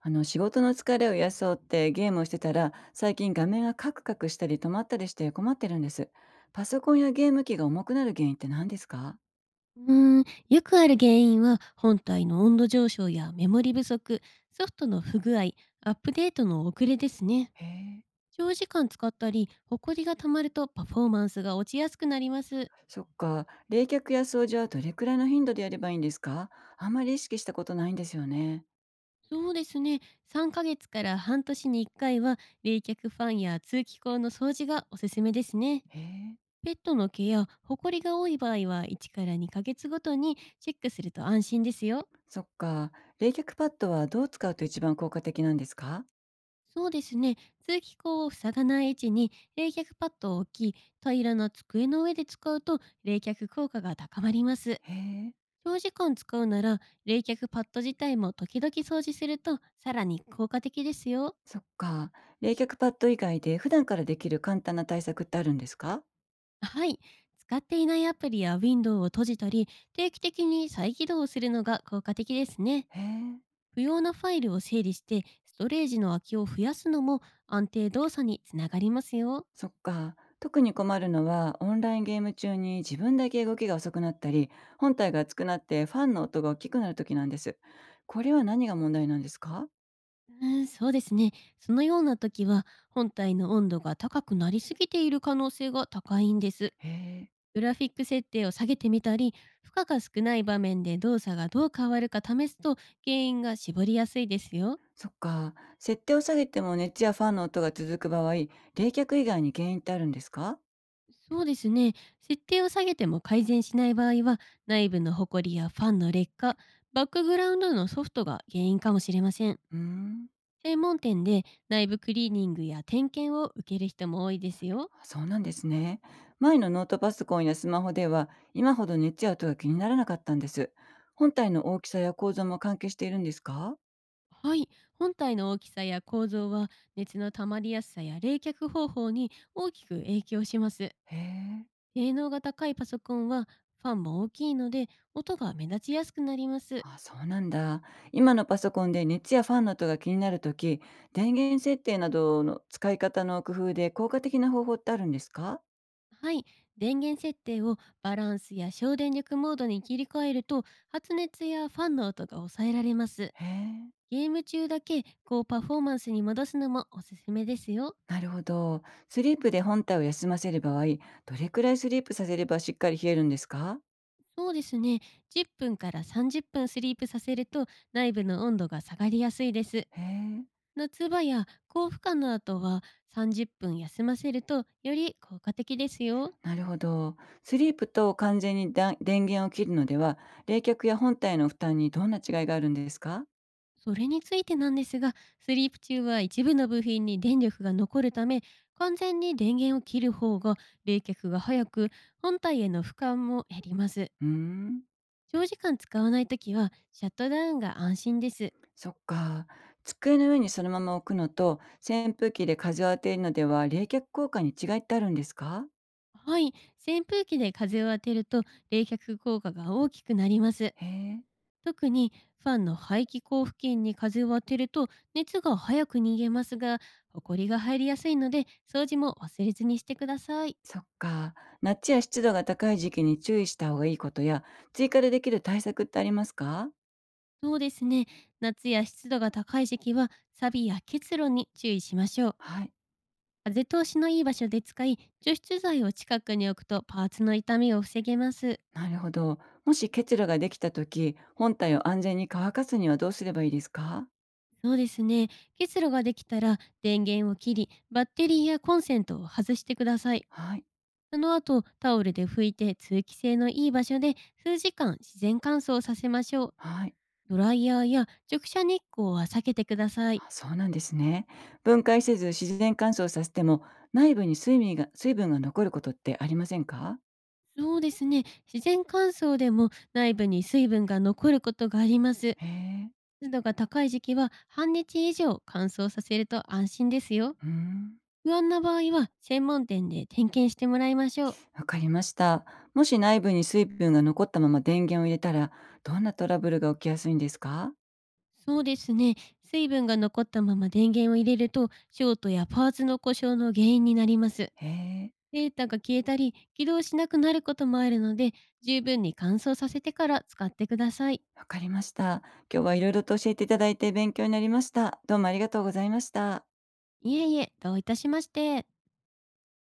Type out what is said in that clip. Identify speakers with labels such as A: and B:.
A: あの、仕事の疲れを癒そうってゲームをしてたら、最近画面がカクカクしたり止まったりして困ってるんです。パソコンやゲーム機が重くなる原因って何ですか？
B: うーん、よくある原因は本体の温度上昇やメモリ不足、ソフトの不具合、アップデートの遅れですね。
A: へえ。
B: 長時間使ったり、ホコリが溜まるとパフォーマンスが落ちやすくなります。
A: そっか。冷却や掃除はどれくらいの頻度でやればいいんですか？あんまり意識したことないんですよね。
B: そうですね。3ヶ月から半年に1回は冷却ファンや通気口の掃除がおすすめですね。
A: へえ。
B: ペットの毛やホコリが多い場合は1から2ヶ月ごとにチェックすると安心ですよ。
A: そっか。冷却パッドはどう使うと一番効果的なんですか？
B: そうですね。通気口を塞がない位置に冷却パッドを置き、平らな机の上で使うと冷却効果が高まります。
A: へえ。
B: 長時間使うなら冷却パッド自体も時々掃除するとさらに効果的ですよ。
A: そっか。冷却パッド以外で普段からできる簡単な対策ってあるんですか？
B: はい。使っていないアプリやウィンドウを閉じたり、定期的に再起動するのが効果的ですね。
A: へえ。
B: 不要なファイルを整理して、ストレージの空きを増やすのも安定動作につながりますよ。
A: そっか。特に困るのは、オンラインゲーム中に自分だけ動きが遅くなったり、本体が熱くなってファンの音が大きくなる時なんです。これは何が問題なんですか？
B: そうですね。そのような時は本体の温度が高くなりすぎている可能性が高いんです。
A: へえ。
B: グラフィック設定を下げてみたり、負荷が少ない場面で動作がどう変わるか試すと原因が絞りやすいですよ。
A: そっか。設定を下げても熱やファンの音が続く場合、冷却以外に原因ってあるんですか？
B: そうですね。設定を下げても改善しない場合は、内部のホコリやファンの劣化、バックグラウンドのソフトが原因かもしれません。
A: うーん。
B: 専門店で内部クリーニングや点検を受ける人も多いですよ。
A: そうなんですね。前のノートパソコンやスマホでは、今ほど熱や音が気にならなかったんです。本体の大きさや構造も関係しているんですか？
B: はい、本体の大きさや構造は熱の溜まりやすさや冷却方法に大きく影響します。
A: へえ。
B: 性能が高いパソコンはファンも大きいので音が目立ちやすくなります。
A: あ、そうなんだ。今のパソコンで熱やファンの音が気になるとき、電源設定などの使い方の工夫で効果的な方法ってあるんですか？
B: はい、電源設定をバランスや省電力モードに切り替えると発熱やファンの音が抑えられます。
A: へえ、
B: ゲーム中だけ高パフォーマンスに戻すのもおすすめですよ。
A: なるほど。スリープで本体を休ませる場合、どれくらいスリープさせればしっかり冷えるんですか？
B: そうですね。10分から30分スリープさせると内部の温度が下がりやすいです。
A: へえ、
B: 夏場や高負荷の後は30分休ませるとより効果的ですよ。
A: なるほど。スリープと完全に電源を切るのでは、冷却や本体の負担にどんな違いがあるんですか？
B: それについてなんですが、スリープ中は一部の部品に電力が残るため、完全に電源を切る方が冷却が早く、本体への負荷も減ります。
A: うーん。
B: 長時間使わないときはシャットダウンが安心です。
A: そっか。机の上にそのまま置くのと、扇風機で風を当てるのでは冷却効果に違いってあるんですか？
B: はい、扇風機で風を当てると冷却効果が大きくなります。
A: へえ、
B: 特にファンの排気口付近に風を当てると熱が早く逃げますが、ホコリが入りやすいので掃除も忘れずにしてください。
A: そっか。夏や湿度が高い時期に注意した方がいいことや、追加でできる対策ってありますか？
B: そうですね。夏や湿度が高い時期は錆や結露に注意しましょう。
A: はい、
B: 風通しのいい場所で使い、除湿剤を近くに置くとパーツの痛みを防げます。
A: なるほど。もし結露ができた時、本体を安全に乾かすにはどうすればいいですか？
B: そうですね。結露ができたら電源を切り、バッテリーやコンセントを外してください。
A: はい、
B: その後、タオルで拭いて通気性のいい場所で数時間自然乾燥させましょう。
A: はい。
B: ドライヤーや直射日光は避けてください。
A: あ、そうなんですね。分解せず自然乾燥させても、内部に水分が残ることってありませんか？
B: そうですね。自然乾燥でも内部に水分が残ることがあります。
A: へえ。
B: 湿度が高い時期は半日以上乾燥させると安心ですよ。
A: うーん、
B: 不安な場合は専門店で点検してもらいましょう。
A: わかりました。もし内部に水分が残ったまま電源を入れたら、どんなトラブルが起きやすいんですか？
B: そうですね。水分が残ったまま電源を入れるとショートやパーツの故障の原因になります。
A: へえ、
B: データが消えたり起動しなくなることもあるので、十分に乾燥させてから使ってください。
A: わかりました。今日はいろいろと教えていただいて勉強になりました。どうもありがとうございました。
B: いえいえ、どういたしまして。